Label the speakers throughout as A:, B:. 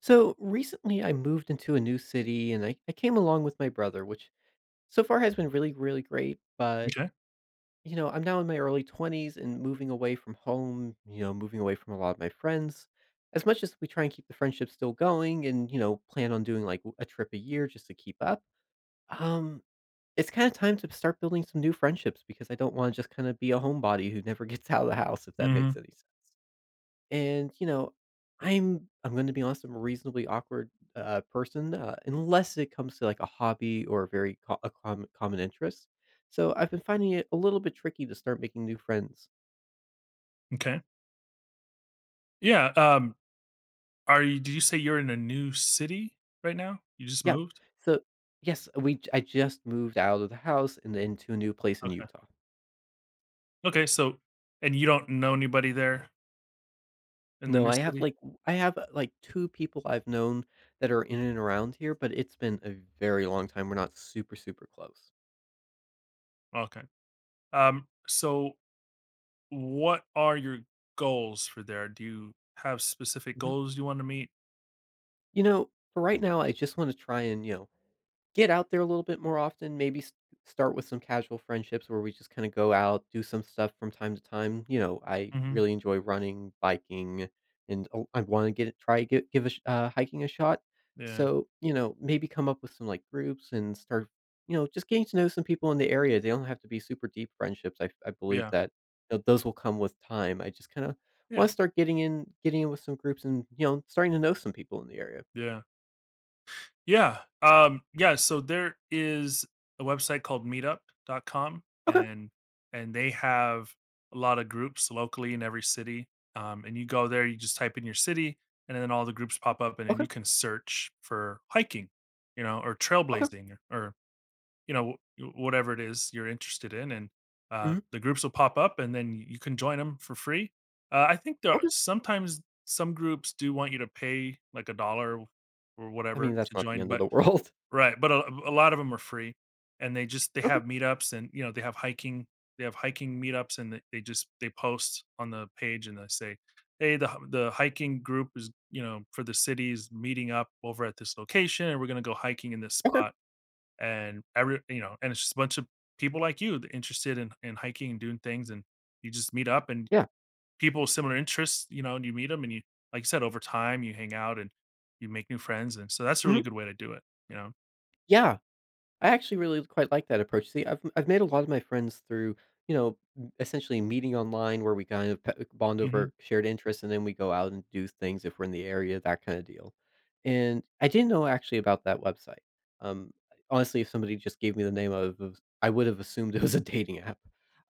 A: So recently, I moved into a new city and I came along with my brother, which so far has been really, really great. But,
B: Okay.
A: you know, I'm now in my early 20s and moving away from home, you know, moving away from a lot of my friends. As much as we try and keep the friendship still going and, you know, plan on doing like a trip a year just to keep up, um, it's kind of time to start building some new friendships because I don't want to just kind of be a homebody who never gets out of the house, if that makes
B: Mhm.
A: any sense. And, you know, I'm gonna be honest, I'm a reasonably awkward, person, unless it comes to, like, a hobby or a very co a com common interest. So, I've been finding it a little bit tricky to start making new friends.
B: Okay. Yeah, are you did you say you're in a new city right now? You just
A: Yeah.
B: moved?
A: So yes, I just moved out of the house and into a new place in
B: Okay.
A: Utah.
B: Okay, and you don't know anybody there in the
A: No,
B: new
A: I have,
B: city?
A: I have, like, 2 people I've known that are in and around here, but it's been a very long time. We're not super, super close.
B: Okay. So what are your goals for there? Do you have specific
A: Mhm.
B: goals you wanna meet?
A: You know, for right now, I just wanna try and, you know, get out there a little bit more often, maybe s start with some casual friendships where we just kinda go out, do some stuff from time to time, you know, I
B: Mhm.
A: really enjoy running, biking, and oh, I wanna get try gi give a sh hiking a shot,
B: Yeah.
A: so, you know, maybe come up with some, like, groups and start, you know, just getting to know some people in the area, they don't have to be super deep friendships, I believe
B: Yeah.
A: that, you know, those will come with time, I just kinda
B: Yeah.
A: wanna start getting in with some groups and, you know, starting to know some people in the area.
B: Yeah. Yeah. Yeah. So there is a website called meetup.com,
A: Okay,
B: and they have a lot of groups locally in every city. And you go there, you just type in your city and then all the groups pop up and then
A: okay,
B: you can search for hiking, you know, or
A: okay,
B: trailblazing you know, whatever it is you're interested in. And
A: mhm,
B: the groups will pop up and then you can join them for free. I think there are
A: okay.
B: sometimes some groups do want you to pay like a dollar or
A: I
B: whatever
A: mean,
B: to
A: that's not the
B: join,
A: end of
B: but
A: the world.
B: right, but a lot of them are free, and they
A: Okay,
B: have meetups and, you know, they have hiking meetups, and they post on the page, and they say, "Hey, the hiking group is, you know, for the cities meeting up over at this location, and we're gonna go hiking in this
A: okay.
B: spot." And every You know, and it's just a bunch of people like you that interested in hiking and doing things, and you just meet up, and
A: Yeah,
B: people with similar interests, you know, and you meet them, and you like you said, over time, you hang out, and you make new friends, and so that's a really
A: mhm,
B: good way to do it, you know?
A: yeah, I actually really quite like that approach. See, I've made a lot of my friends through, you know, m essentially meeting online where we kind of p bond
B: Mhm.
A: over shared interests, and then we go out and do things if we're in the area, that kinda deal, and I didn't know actually about that website. Um, Honestly, if somebody just gave me the name of I would have assumed it was a dating app.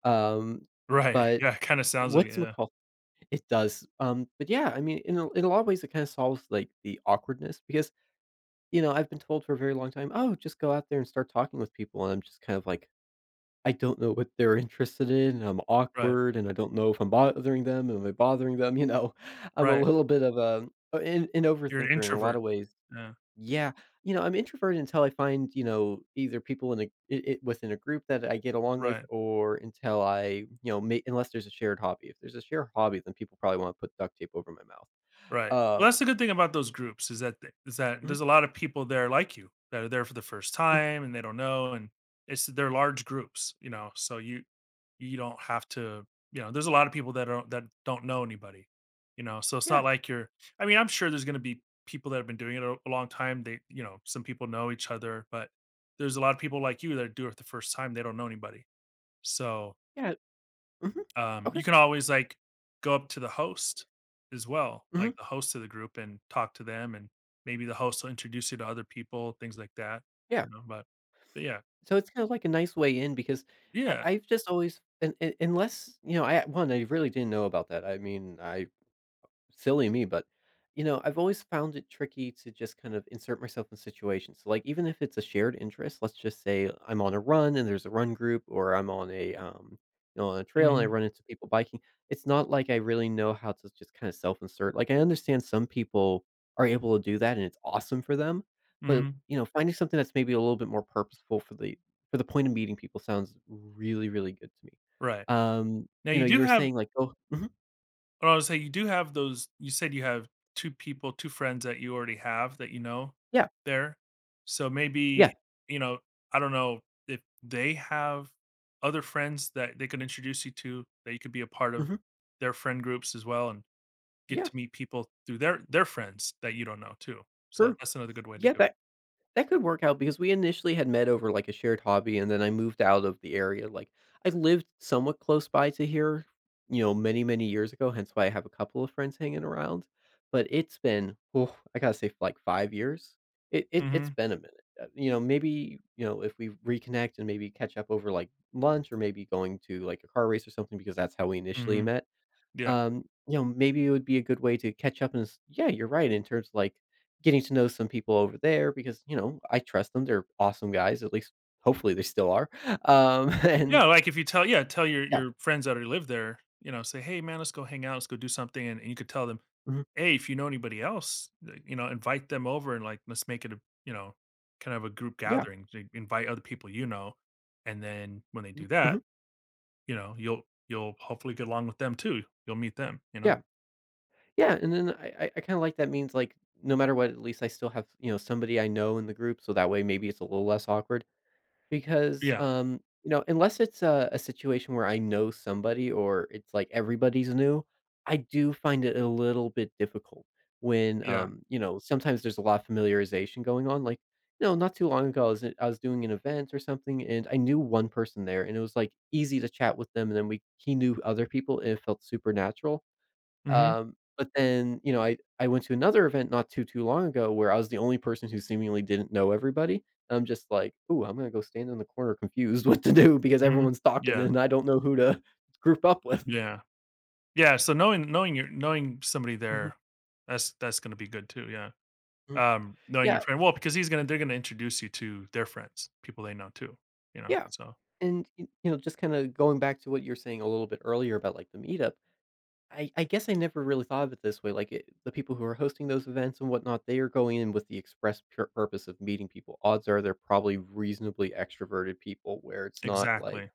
A: Um,
B: Right,
A: but
B: yeah, kinda sounds like it,
A: what's
B: yeah.
A: McCall? It does, but yeah, I mean, in a lot of ways, it kinda solves, like, the awkwardness because you know, I've been told for a very long time, "Oh, just go out there and start talking with people," and I'm just kind of like, I don't know what they're interested in, I'm
B: Right,
A: awkward, and I don't know if I'm bothering them, am I bothering them, you know? I'm a
B: right.
A: little bit of a an
B: You're an
A: overthinker in a lot
B: introvert.
A: of ways.
B: Yeah,
A: Yeah, you know, I'm introverted until I find, you know, either people in a it it within a group that I get along with
B: right,
A: or until I, you know, may unless there's a shared hobby. If there's a shared hobby, then people probably wanna put duct tape over my mouth.
B: right. Well,
A: Um
B: that's the good thing about those groups is that th is that
A: Mhm,
B: there's a lot of people there like you that are there for the first
A: mhm,
B: time and they don't know, and it's they're large groups, you know, so you don't have to, you know, there's a lot of people that don't know anybody, you know, so it's not
A: yeah,
B: like you're I mean, I'm sure there's gonna be people that have been doing it a long time, they you know, some people know each other, but there's a lot of people like you that do it the first time, they don't know anybody. So
A: yeah, mhm,
B: You
A: okay,
B: can always, like, go up to the host as well, like
A: mhm,
B: the host of the group and talk to them and maybe the host will introduce you to other people, things like that,
A: yeah.
B: you know, but yeah.
A: So it's kinda like a nice way in because I
B: Yeah.
A: I've just always and unless, you know, I 1, I really didn't know about that. I mean, I silly me, but, you know, I've always found it tricky to just kind of insert myself in situations. So, like, even if it's a shared interest, let's just say I'm on a run and there's a run group, or I'm on a, you know, on a trail and I
B: Mhm.
A: run into people biking. It's not like I really know how to just kind of self insert. Like, I understand some people are able to do that and it's awesome for them, but
B: Mhm.
A: you know, finding something that's maybe a little bit more purposeful for the point of meeting people sounds really, really good to me.
B: Right. Now
A: You
B: you
A: know, you
B: do
A: were
B: have
A: saying like, oh, mhm,
B: what I was say you do have those you said you have 2 people, 2 friends that you already have that you know
A: yeah,
B: there. So maybe,
A: yeah,
B: you know, I don't know if they have other friends that they could introduce you to that you could be a part of
A: hmm,
B: their friend groups as well and get
A: yeah.
B: to meet people through their friends that you don't know too. So
A: True.
B: that's another good way to
A: Yeah,
B: do it.
A: that could work out because we initially had met over like a shared hobby and then I moved out of the area. Like I lived somewhat close by to here, you know, many, many years ago, hence why I have a couple of friends hanging around. But it's been, oh, I gotta say, for like 5 years. It's
B: Mhm,
A: been a minute. You know, maybe you know if we reconnect and maybe catch up over like lunch or maybe going to like a car race or something because that's how we initially
B: mhm,
A: met.
B: yeah.
A: You know, maybe it would be a good way to catch up and s yeah, you're right in terms of, like, getting to know some people over there because, you know, I trust them, they're awesome guys, at least hopefully they still are. And
B: Yeah, like if you tell yeah, tell your
A: yeah.
B: your friends that already live there, you know, say, "Hey, man, let's go hang out, let's go do something," and you could tell them,
A: Mhm.
B: "Hey, if you know anybody else, like, you know, invite them over and, like, let's make it a, you know, kind of a group
A: Yeah.
B: gathering, to invite other people you know." And then when they
A: Y
B: do that,
A: mhm.
B: you know, you'll hopefully get along with them too. You'll meet them, you know?
A: Yeah. Yeah, and then I kinda like that means, like, no matter what, at least I still have, you know, somebody I know in the group, so that way maybe it's a little less awkward. Because,
B: Yeah,
A: you know, unless it's a situation where I know somebody or it's like everybody's new, I do find it a little bit difficult when,
B: yeah.
A: you know, sometimes there's a lot of familiarization going on. Like, you know, not too long ago, I was doing an event or something, and I knew one person there, and it was like easy to chat with them, and then we he knew other people, and it felt supernatural.
B: Mhm,
A: But then, you know, I went to another event not too, too long ago where I was the only person who seemingly didn't know everybody. I'm just like, "Ooh, I'm gonna go stand in the corner confused what to do because
B: mhm.
A: everyone's talking
B: Yeah,
A: and I don't know who to group up with."
B: yeah. Yeah, so knowing somebody
A: Mhm,
B: there, that's gonna be good too, yeah.
A: mhm.
B: Knowing your
A: Yeah,
B: friend well, because he's gonna they're gonna introduce you to their friends, people they know too, you know,
A: yeah,
B: so
A: and, y you know, just kinda going back to what you were saying a little bit earlier about, like, the meetup, I guess I never really thought of it this way, like, it the people who are hosting those events and whatnot, they are going in with the express pure purpose of meeting people. Odds are they're probably reasonably extroverted people where it's not like
B: exactly.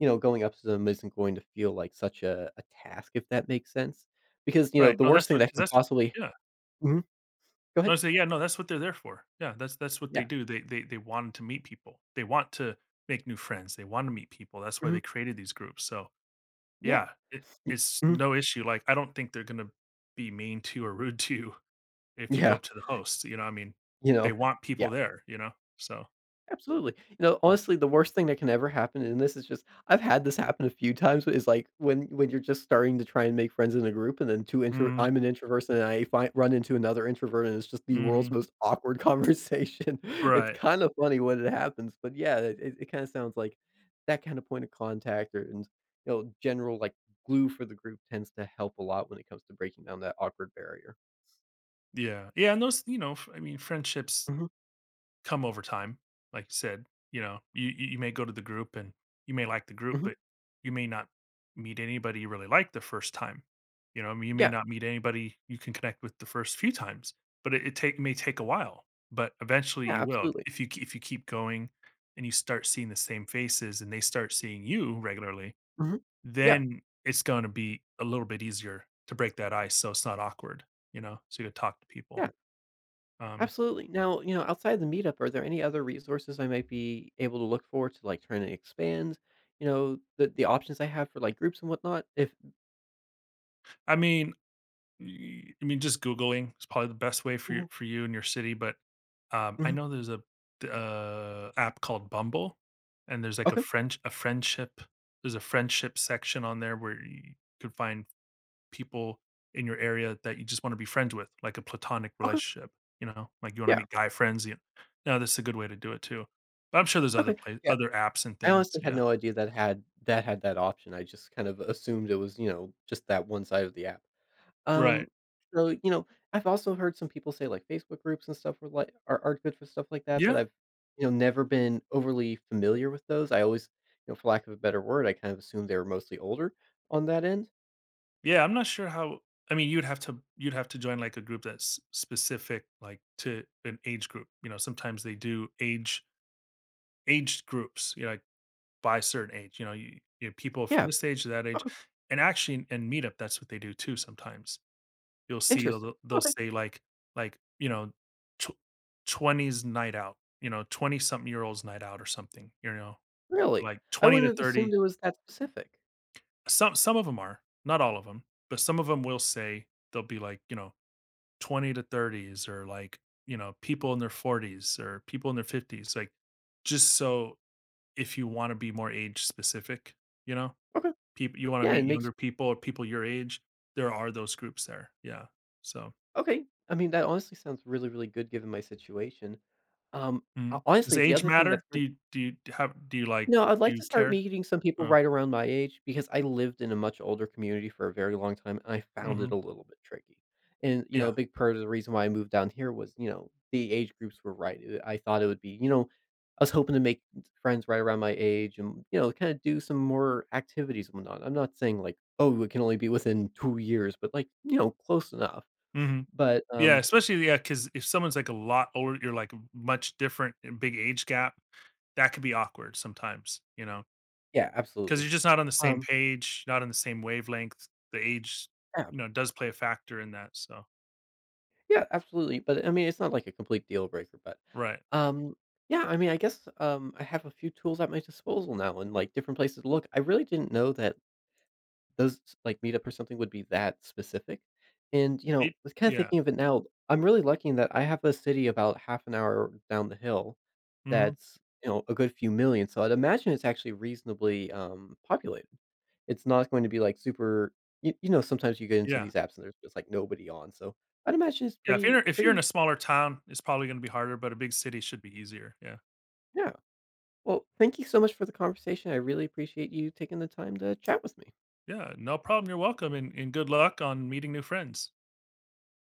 A: you know, going up to them isn't going to feel like such a task, if that makes sense, because, you know,
B: Right,
A: the
B: no,
A: worst
B: that's
A: thing
B: what
A: that
B: 'cause
A: can
B: that's what
A: possibly
B: yeah.
A: mhm, go
B: No,
A: ahead.
B: say yeah, no, that's what they're there for. Yeah, that's what they
A: Yeah.
B: do. They want to meet people. They want to make new friends. They wanna meet people. That's why
A: Mhm,
B: they created these groups, so,
A: yeah.
B: yeah, it
A: Y
B: it's
A: mhm,
B: no issue, like, I don't think they're gonna be mean to you or rude to you. If you go
A: yeah,
B: up to the host, you know, I mean,
A: you
B: they
A: know, yeah.
B: want people there, you know? So,
A: Absolutely. You know,
B: yeah.
A: honestly, the worst thing that can ever happen, and this is just I've had this happen a few times, is like when you're just starting to try and make friends in a group, and then two intro
B: Mhm,
A: I'm an introvert, and I find run into another introvert, and it's just the world's
B: mhm.
A: most awkward conversation. It's
B: Right.
A: kind of funny when it happens, but yeah, it kind of sounds like that kind of point of contact, or and you know, general like glue for the group tends to help a lot when it comes to breaking down that awkward barrier.
B: Yeah. Yeah, and those, you know, f I mean, friendships
A: Hmm,
B: come over time, like you said, you know, you may go to the group and you may like the group,
A: hmm,
B: but you may not meet anybody you really like the first time. You know, I mean, you may
A: yeah,
B: not meet anybody you can connect with the first few times, but it take may take a while, but eventually
A: yeah,
B: you will.
A: absolutely.
B: If you k if you keep going and you start seeing the same faces and they start seeing you regularly,
A: Hmm, yeah,
B: then it's gonna be a little bit easier to break that ice so it's not awkward, you know, so you could talk to people.
A: yeah.
B: Um,
A: Absolutely. Now, you know, outside the meetup, are there any other resources I might be able to look for to like trying to expand, you know, the options I have for like groups and whatnot? If
B: I mean, y I mean, just Googling is probably the best way
A: Mhm,
B: for you and your city, but, I
A: mhm,
B: know there's a d app called Bumble, and there's like a
A: okay,
B: French a friendship there's a friendship section on there where you could find people in your area that you just wanna be friends with, like a platonic
A: okay,
B: relationship, you know? Like, you wanna
A: yeah,
B: meet guy friends, you know, that's a good way to do it too. But I'm sure there's
A: okay, yeah.
B: other apps and
A: I
B: things,
A: honestly had
B: yeah.
A: no idea that had that option. I just kind of assumed it was, you know, just that one side of the app.
B: Right.
A: Um, so, you know, I've also heard some people say, like, Facebook groups and stuff were like are good for stuff like that, but
B: Yeah.
A: I've, you know, never been overly familiar with those. I always, you know, for lack of a better word, I kind of assumed they were mostly older on that end.
B: Yeah, I'm not sure how I mean, you'd have to join, like, a group that's specific, like, to an age group, you know, sometimes they do aged groups, you know, like, by a certain age, you know, you have people from
A: Yeah.
B: this age to that age,
A: Okay.
B: and actually in Meetup, that's what they do too sometimes. You'll see
A: Interesting.
B: they'll
A: Okay.
B: say like, you know, tw 20s night out, you know, 20 something year olds night out or something, you know,
A: Really?
B: like
A: I
B: 20 to
A: wouldn't have assumed
B: 30.
A: it was that specific.
B: Some of them are, not all of them, but some of them will say they'll be like, you know, 20 to 30s or like, you know, people in their 40s or people in their 50s, like, just so if you wanna be more age specific, you know,
A: Okay.
B: people you wanna
A: Yeah, it
B: meet
A: makes
B: younger people or people your age, there are those groups there, yeah, so
A: okay. I mean, that honestly sounds really, really good given my situation. Um,
B: mhm.
A: ho
B: Does
A: honestly, the
B: age
A: other thing
B: matter?
A: that's
B: Do you have do you, like
A: no, I'd
B: do
A: like
B: you
A: to start
B: care?
A: meeting some people
B: Oh,
A: right around my age because I lived in a much older community for a very long time, and I found it
B: mhm,
A: a little bit tricky. And, you know,
B: yeah,
A: a big part of the reason why I moved down here was, you know, the age groups were right. I thought it would be, you know, I was hoping to make friends right around my age and, you know, kind of do some more activities and whatnot. I'm not saying like, oh, it can only be within 2 years, but like, you know, close enough.
B: mhm.
A: But
B: Yeah, especially, yeah, 'cause if someone's, like, a lot older, you're, like, much different and big age gap, that could be awkward sometimes, you know,
A: yeah,
B: because 'cause
A: absolutely.
B: you're just not on the same
A: Um,
B: page, not on the same wavelength. The age,
A: yeah,
B: you know, does play a factor in that, so
A: yeah, absolutely, but, I mean, it's not like a complete deal breaker, but,
B: right.
A: um, yeah, I mean, I guess, I have a few tools at my disposal now and, like, different places to look. I really didn't know that those, like, meetup or something would be that specific, and, you
B: It
A: know, was kinda
B: Yeah,
A: thinking of it now, I'm really lucky in that I have a city about half an hour down the hill
B: mhm,
A: that's, you know, a good few million, so I'd imagine it's actually reasonably, populated. It's not going to be, like, super you know, sometimes you get into
B: yeah,
A: these apps and there's just, like, nobody on, so I'd imagine it's
B: yeah, if you're in
A: pretty
B: a smaller town, it's probably gonna be harder, but a big city should be easier, yeah.
A: yeah. Well, thank you so much for the conversation. I really appreciate you taking the time to chat with me.
B: Yeah, no problem, you're welcome, and good luck on meeting new friends.